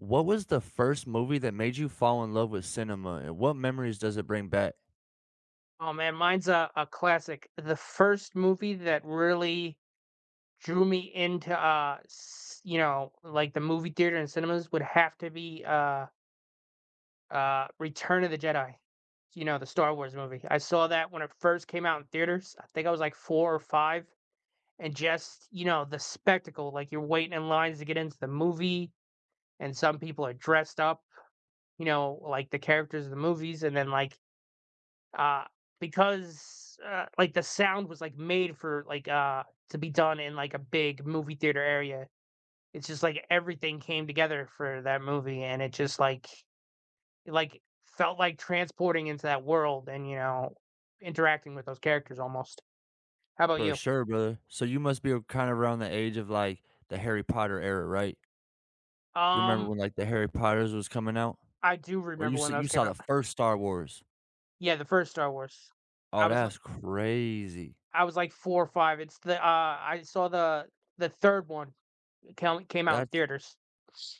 What was the first movie that made you fall in love with cinema, and what memories does it bring back? Oh man, mine's a classic. The first movie that really drew me into you know, like the movie theater and cinemas would have to be Return of the Jedi. You know, the Star Wars movie. I saw that when it first came out in theaters. I think I was like 4 or 5, and just, you know, the spectacle, like you're waiting in lines to get into the movie and some people are dressed up, you know, like the characters of the movies. And then Uh, like, the sound was, like, made for, to be done in, like, a big movie theater area. It's just, like, everything came together for that movie, and it just, like, felt like transporting into that world and, you know, interacting with those characters almost. How about For you? sure, brother. So you must be kind of around the age of, like, the Harry Potter era, right? You remember Um, when, like, the Harry Potters was coming out? I do Or you remember saw when you those came saw the out. first Star Wars? Yeah, the first Star Wars. Oh, I was, like that's crazy. I was, like, 4 or 5. I saw the 3rd one. came Came out in That's theaters.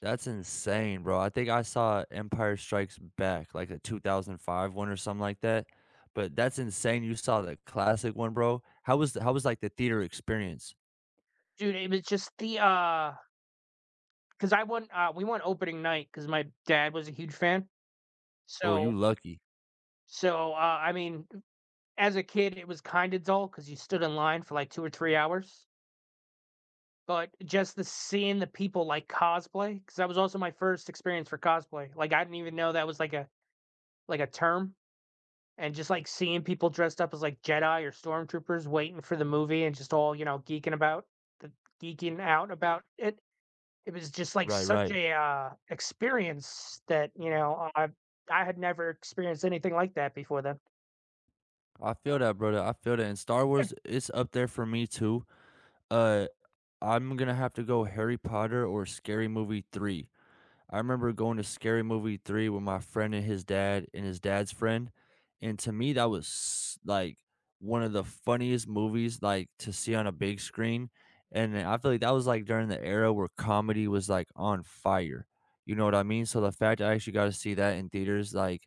that's insane, bro. I think I saw Empire Strikes Back, like, a 2005 one or something like that, but that's insane you saw the classic one, bro. How was, like, the theater experience? Dude, it was just 'cause I we went opening night. Cause my dad was a huge fan. Oh, you So lucky. I mean, as a kid, it was kinda dull because you stood in line for, like, 2 or 3 hours, but just the seeing the people, like, cosplay. Cause that was also my first experience for cosplay. Like, I didn't even know that was, like, a term, and just, like, seeing people dressed up as, like, Jedi or stormtroopers waiting for the movie and just all, you know, the geeking out about it. It was just, like, Right, such right. a experience that, I had never experienced anything like that before then. I feel that, brother. I feel that. And Star It Wars, it's up there for me too. Uh, I'm gonna have to go Harry Potter or Scary Movie 3. I remember going to Scary Movie 3 with my friend and his dad and his dad's friend. And to me, that was s- like one of the funniest movies, like, to see on a big screen. And I feel like that was, like, during the era where comedy was, like, on fire. You know what I mean? So the fact I actually got to see that in theaters, like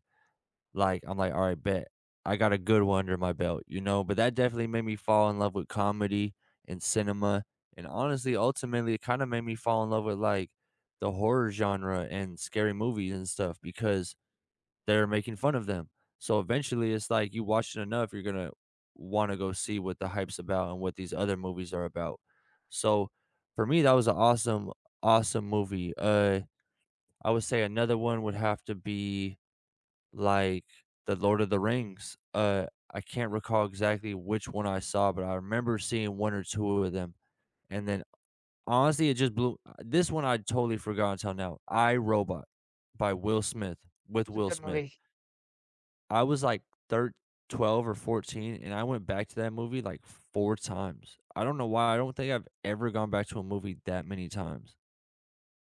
like, I'm like, "All right, bet. I got a good one under my belt," you know? But that definitely made me fall in love with comedy and cinema, and honestly, ultimately, it kinda made me fall in love with, like, the horror genre and scary movies and stuff because they're making fun of them. So eventually, it's like you watch it enough, you're gonna wanna go see what the hype's about and what these other movies are about. So for me, that was an awesome, awesome movie. I would say another one would have to be like the Lord of the Rings. I can't recall exactly which one I saw, but I remember seeing one or two of them. And then honestly, it just blew this one I totally forgot until now. I Robot by Will Smith with was a Will good Smith. movie. I was like thir 12 or 14, and I went back to that movie like four times. I don't know why. I don't think I've ever gone back to a movie that many times.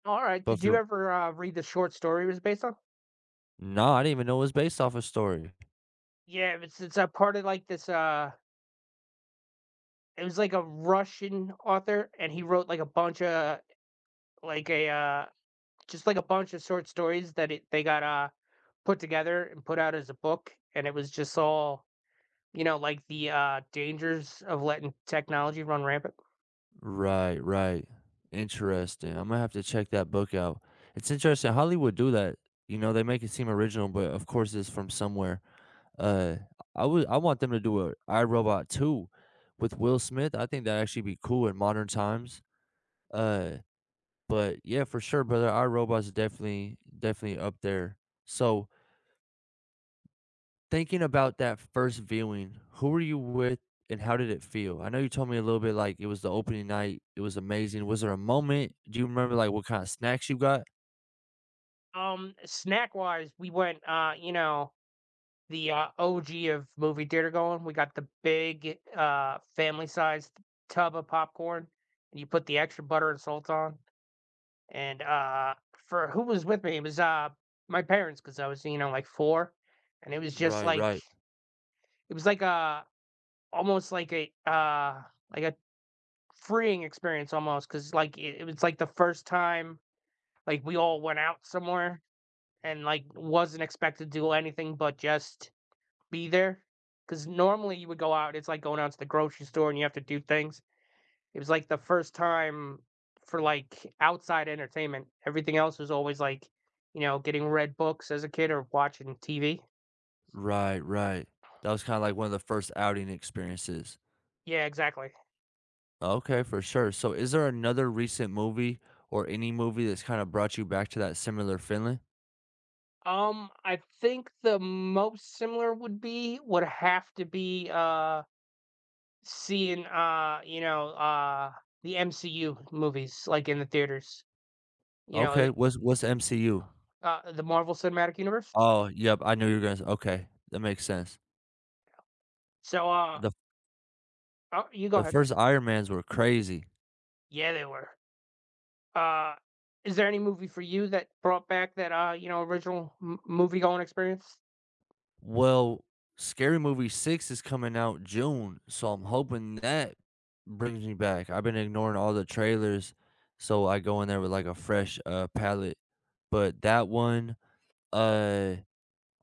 Alright, But did you for ever, read the short story it was based on? No, I didn't even know it was based off a story. Yeah, it's a part of, like, it was, like, a Russian author, and he wrote, like, a bunch of, like, a, uh just, like, a bunch of short stories that it they got, put together and put out as a book. And it was just all, you know, like, the, dangers of letting technology run rampant. Right, right. Interesting. I'm gonna have to check that book out. It's interesting. Hollywood do that. You know, they make it seem original, but of course it's from somewhere. Uh I would I want them to do a iRobot 2 with Will Smith. I think that'd actually be cool in modern times. Uh but yeah, for sure, brother. iRobot's definitely up there. So thinking about that first viewing, who were you with and how did it feel? I know you told me a little bit, like, it was the opening night, it was amazing. Was there a moment? Do you remember, like, what kind of snacks you got? Snack wise, we went you know, the OG of movie theater going. We got the big family sized tub of popcorn, and you put the extra butter and salt on. And for who was with me, it was my parents because I was, you know, like four. And it was just Right, like right, it was like a almost like a freeing experience almost because it was like the first time like we all went out somewhere and like wasn't expected to do anything but just be there, because normally you would go out, it's like going out to the grocery store and you have to do things. It was like the first time for, like, outside entertainment. Everything else was always like, you know, getting read books as a kid or watching TV. right, right. That was kind of like one of the first outing experiences. Yeah, exactly. Okay, for sure. So is there another recent movie or any movie that's kind of brought you back to that similar feeling? I think the most similar would be would have to be, seeing, the MCU movies, like, in the theaters, you know, Okay, what's MCU? The Marvel Cinematic Universe. Oh, yep, I knew you were gonna. Okay, that makes sense. So, the oh, you go The ahead. first Iron Mans were crazy. Yeah, they were. Uh, is there any movie for you that brought back that you know, original movie going experience? Well, Scary Movie 6 is coming out June, so I'm hoping that brings me back. I've been ignoring all the trailers, so I go in there with, like, a fresh, palette, but that one, uh,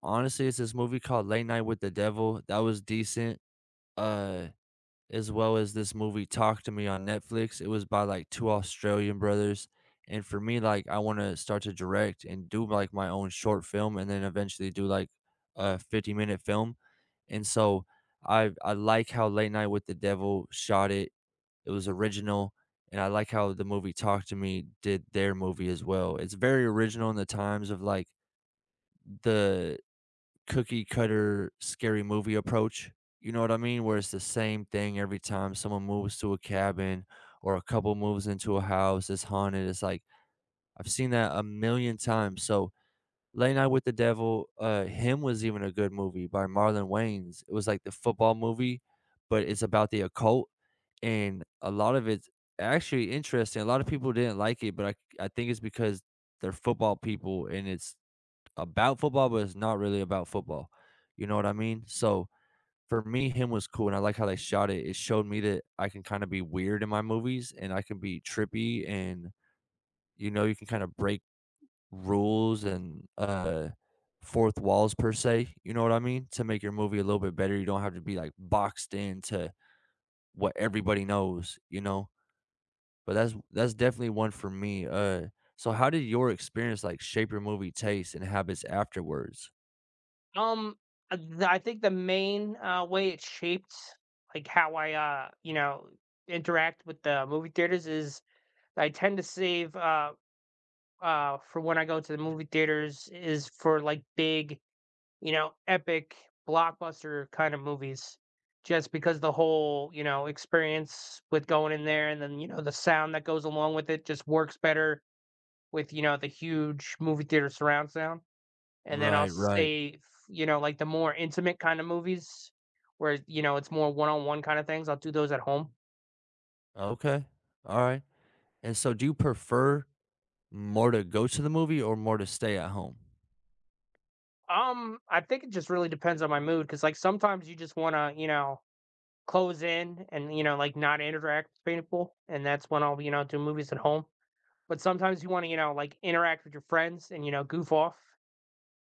honestly, it's this movie called Late Night with the Devil, that was decent, uh as well as this movie Talk to Me on Netflix. It was by like two Australian brothers. And for me, like, I want to start to direct and do like my own short film and then eventually do like a 50-minute film. And so I like how Late Night with the Devil shot it. It was original. And I like how the movie Talk to Me did their movie as well. It's very original in the times of like the cookie cutter scary movie approach. You know what I mean? Where it's the same thing every time someone moves to a cabin or a couple moves into a house that's haunted. It's like I've seen that a million times. So Late Night with the Devil, him was even a good movie by Marlon Wayans. It was like the football movie, but it's about the occult, and a lot of it's actually interesting. A lot of people didn't like it, but I think it's because they're football people and it's about football, but it's not really about football. You know what I mean? So for me, him was cool, and I like how they shot it. It showed me that I can kind of be weird in my movies, and I can be trippy, and you know, you can kind of break rules and fourth walls per se. You know what I mean? To make your movie a little bit better, you don't have to be like boxed into what everybody knows. You know, but that's definitely one for me. So how did your experience like shape your movie taste and habits afterwards? Um, I think the main way it shaped like how I you know, interact with the movie theaters is I tend to save for when I go to the movie theaters is for like big, you know, epic blockbuster kind of movies. Just because the whole, you know, experience with going in there and then, you know, the sound that goes along with it just works better with, you know, the huge movie theater surround sound. And then I'll Right, right. say, you know, like the more intimate kind of movies where, you know, it's more one-on-one kind of things, I'll do those at home. Okay. Alright. And so do you prefer more to go to the movie or more to stay at home? I think it just really depends on my mood because like sometimes you just want to, you know, close in and, you know, like, not interact with people, and that's when I'll, you know, do movies at home. But sometimes you wanna, you know, like, interact with your friends and, you know, goof off,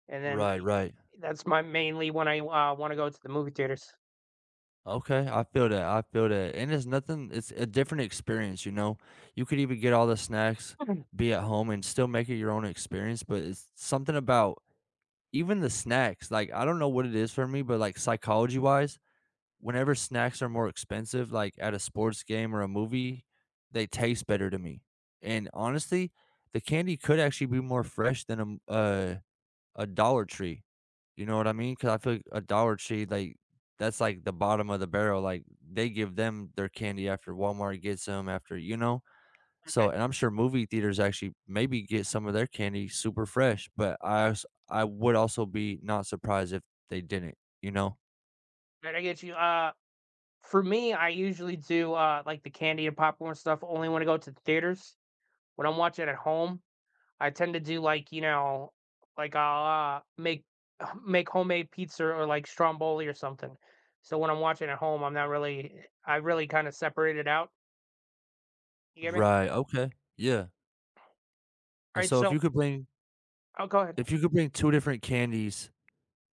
and then Right, y right. that's my mainly when I, wanna go to the movie theaters. Okay, I feel that, I feel that. And it's nothing, it's a different experience, you know? You could even get all the snacks, Mhm. be at home, and still make it your own experience, but it's something about even the snacks, like, I don't know what it is for me, but, like, psychology-wise whenever snacks are more expensive, like at a sports game or a movie, they taste better to me. And honestly, the candy could actually be more fresh than a Dollar Tree. You know what I mean? Because I feel like a Dollar Tree, like, that's like the bottom of the barrel. Like they give them their candy after Walmart gets them, after you know. So, and I'm sure movie theaters actually maybe get some of their candy super fresh. But I would also be not surprised if they didn't. You know? But I get you, for me, I usually do, like, the candy and popcorn stuff only when I go to the theaters. When I'm watching at home, I tend to do like, you know, like I'll, make homemade pizza or like stromboli or something. So when I'm watching at home, I'm not really I really kind of separate it out. You get me? Right. Okay. Yeah. All And right, so so I'll go ahead. if you could bring 2 different candies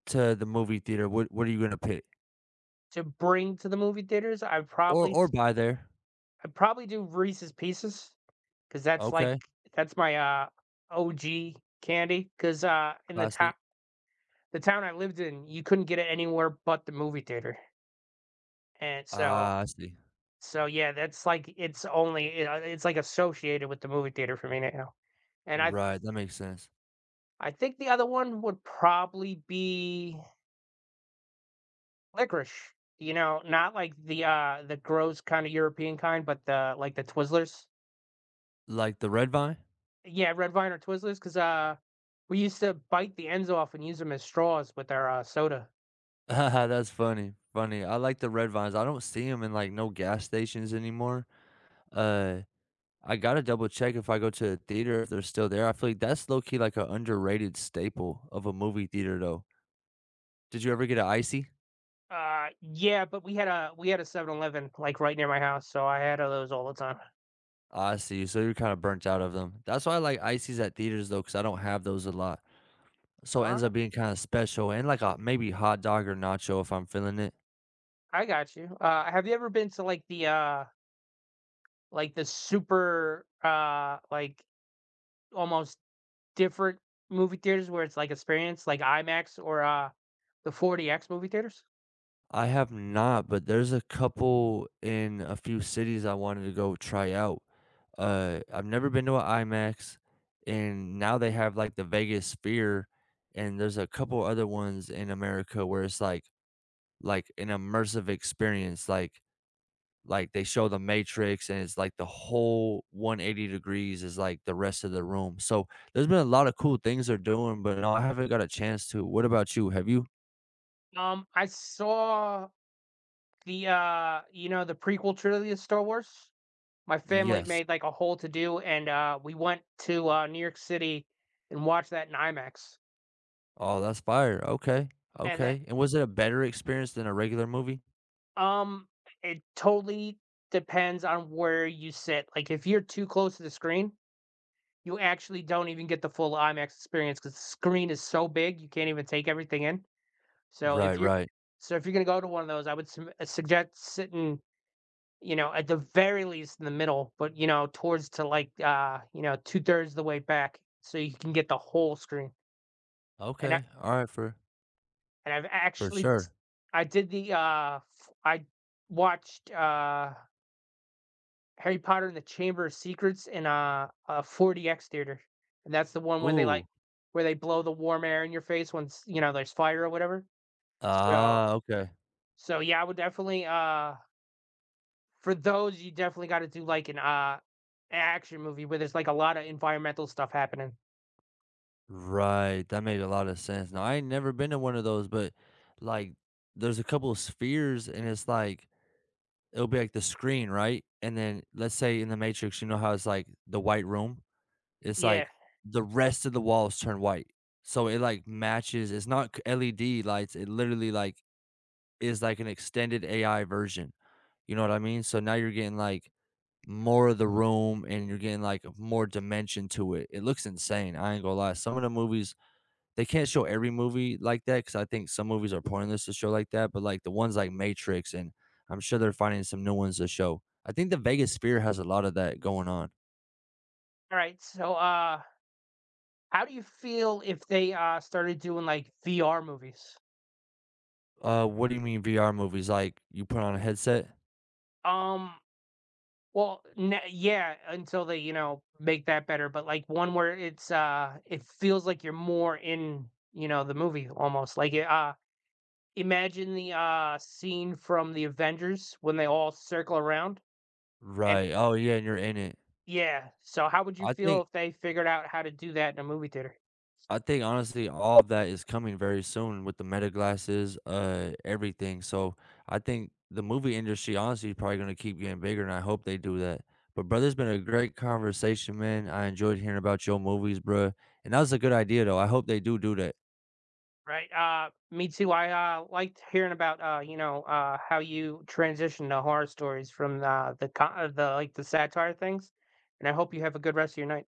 to the movie theater, what are you gonna pick? To bring to the movie theaters, Or or buy there. I probably do Reese's Pieces because Okay, that's my OG candy. Because in classic. the town I lived in, you couldn't get it anywhere but the movie theater, and so Ah, I see. so, yeah, that's like it's only it, it's like associated with the movie theater for me now. And Right, that makes sense. I think the other one would probably be licorice. You know, not like the gross kind of European kind, but the like the Twizzlers. Like the red vine? Yeah, Red Vine or Twizzlers, because we used to bite the ends off and use them as straws with our soda. That's funny, funny. I like the red vines. I don't see them in, like, no gas stations anymore. Uh, I gotta double check if I go to a theater if they're still there. I feel like that's low key like an underrated staple of a movie theater, though. Did you ever get an icy? Yeah, but we had a 7-Eleven like right near my house, so I had of those all the time. I see. So you're kind of burnt out of them. That's why I like ices at theaters though, because I don't have those a lot. So it All ends up right, being kind of special and like a maybe hot dog or nacho if I'm feeling it. I got you. Uh, have you ever been to like the like the super, like almost different movie theaters where it's like experience like IMAX, or, the 40X movie theaters? I have not, but there's a couple in a few cities I wanted to go try out. I've never been to an IMAX, and now they have like the Vegas Sphere, and there's a couple other ones in America where it's like an immersive experience, like they show the matrix and it's like the whole 180 degrees is like the rest of the room. So there's been a lot of cool things they're doing, but no, I haven't got a chance to. What about you? Have you? I saw the, you know, the prequel trilogy of Star Wars. My family Yes. made like a whole to do, and, we went to, New York City and watched that in IMAX. Oh, that's fire. Okay. And then, Okay. And was it a better experience than a regular movie? um, it totally depends on where you sit. Like if you're too close to the screen you actually don't even get the full IMAX experience because the screen is so big, you can't even take everything in. So Right, if you're right. so if you're gonna go to one of those, I would sum suggest sitting, you know, at the very least in the middle, but, you know, towards to, like, you know, 2/3 the way back so you can get the whole screen. And I Okay. All right, for and I've for actually s sure. I have actually I did the, f I watched, Harry Potter and the Chamber of Secrets in a 4DX theater, and that's the one where they, Ooh. Where they blow the warm air in your face once, you know, there's fire or whatever. So Ah, okay. Yeah, I would definitely, for those, you definitely gotta do, like, an, action movie where there's, like, a lot of environmental stuff happening. Right. That made a lot of sense. Now I ain't never been to one of those, but like there's a couple of spheres and it's like it'll be like the screen, right? And then let's say in the Matrix, you know how it's like the white room? It's Yeah. like the rest of the walls turn white. So it like matches, it's not c- LED lights, it literally like is like an extended AI version. You know what I mean? So now you're getting like more of the room and you're getting like more dimension to it. It looks insane. I ain't gonna lie. Some of the movies, they can't show every movie like that because I think some movies are pointless to show like that, but like the ones like Matrix, and I'm sure they're finding some new ones to show. I think the Vegas Sphere has a lot of that going on. Alright, so, how do you feel if they, started doing, like, VR movies? What do you mean VR movies? Like you put on a headset? Um Well, n yeah, until they, you know, make that better, but, like, one where it's, it feels like you're more in, you know, the movie almost, like, imagine the, scene from The Avengers when they all circle around, and Right. Oh yeah, and you're in it. yeah, so how would you I feel think if they figured out how to do that in a movie theater? I think honestly, all of that is coming very soon with the meta glasses, everything. So I think the movie industry honestly is probably gonna keep getting bigger, and I hope they do that. But brother, it's been a great conversation, man. I enjoyed hearing about your movies, bro. And that was a good idea, though. I hope they do do that. Right, me too, I, liked hearing about, you know, how you transition to horror stories from, the, like, the satire things, and I hope you have a good rest of your night.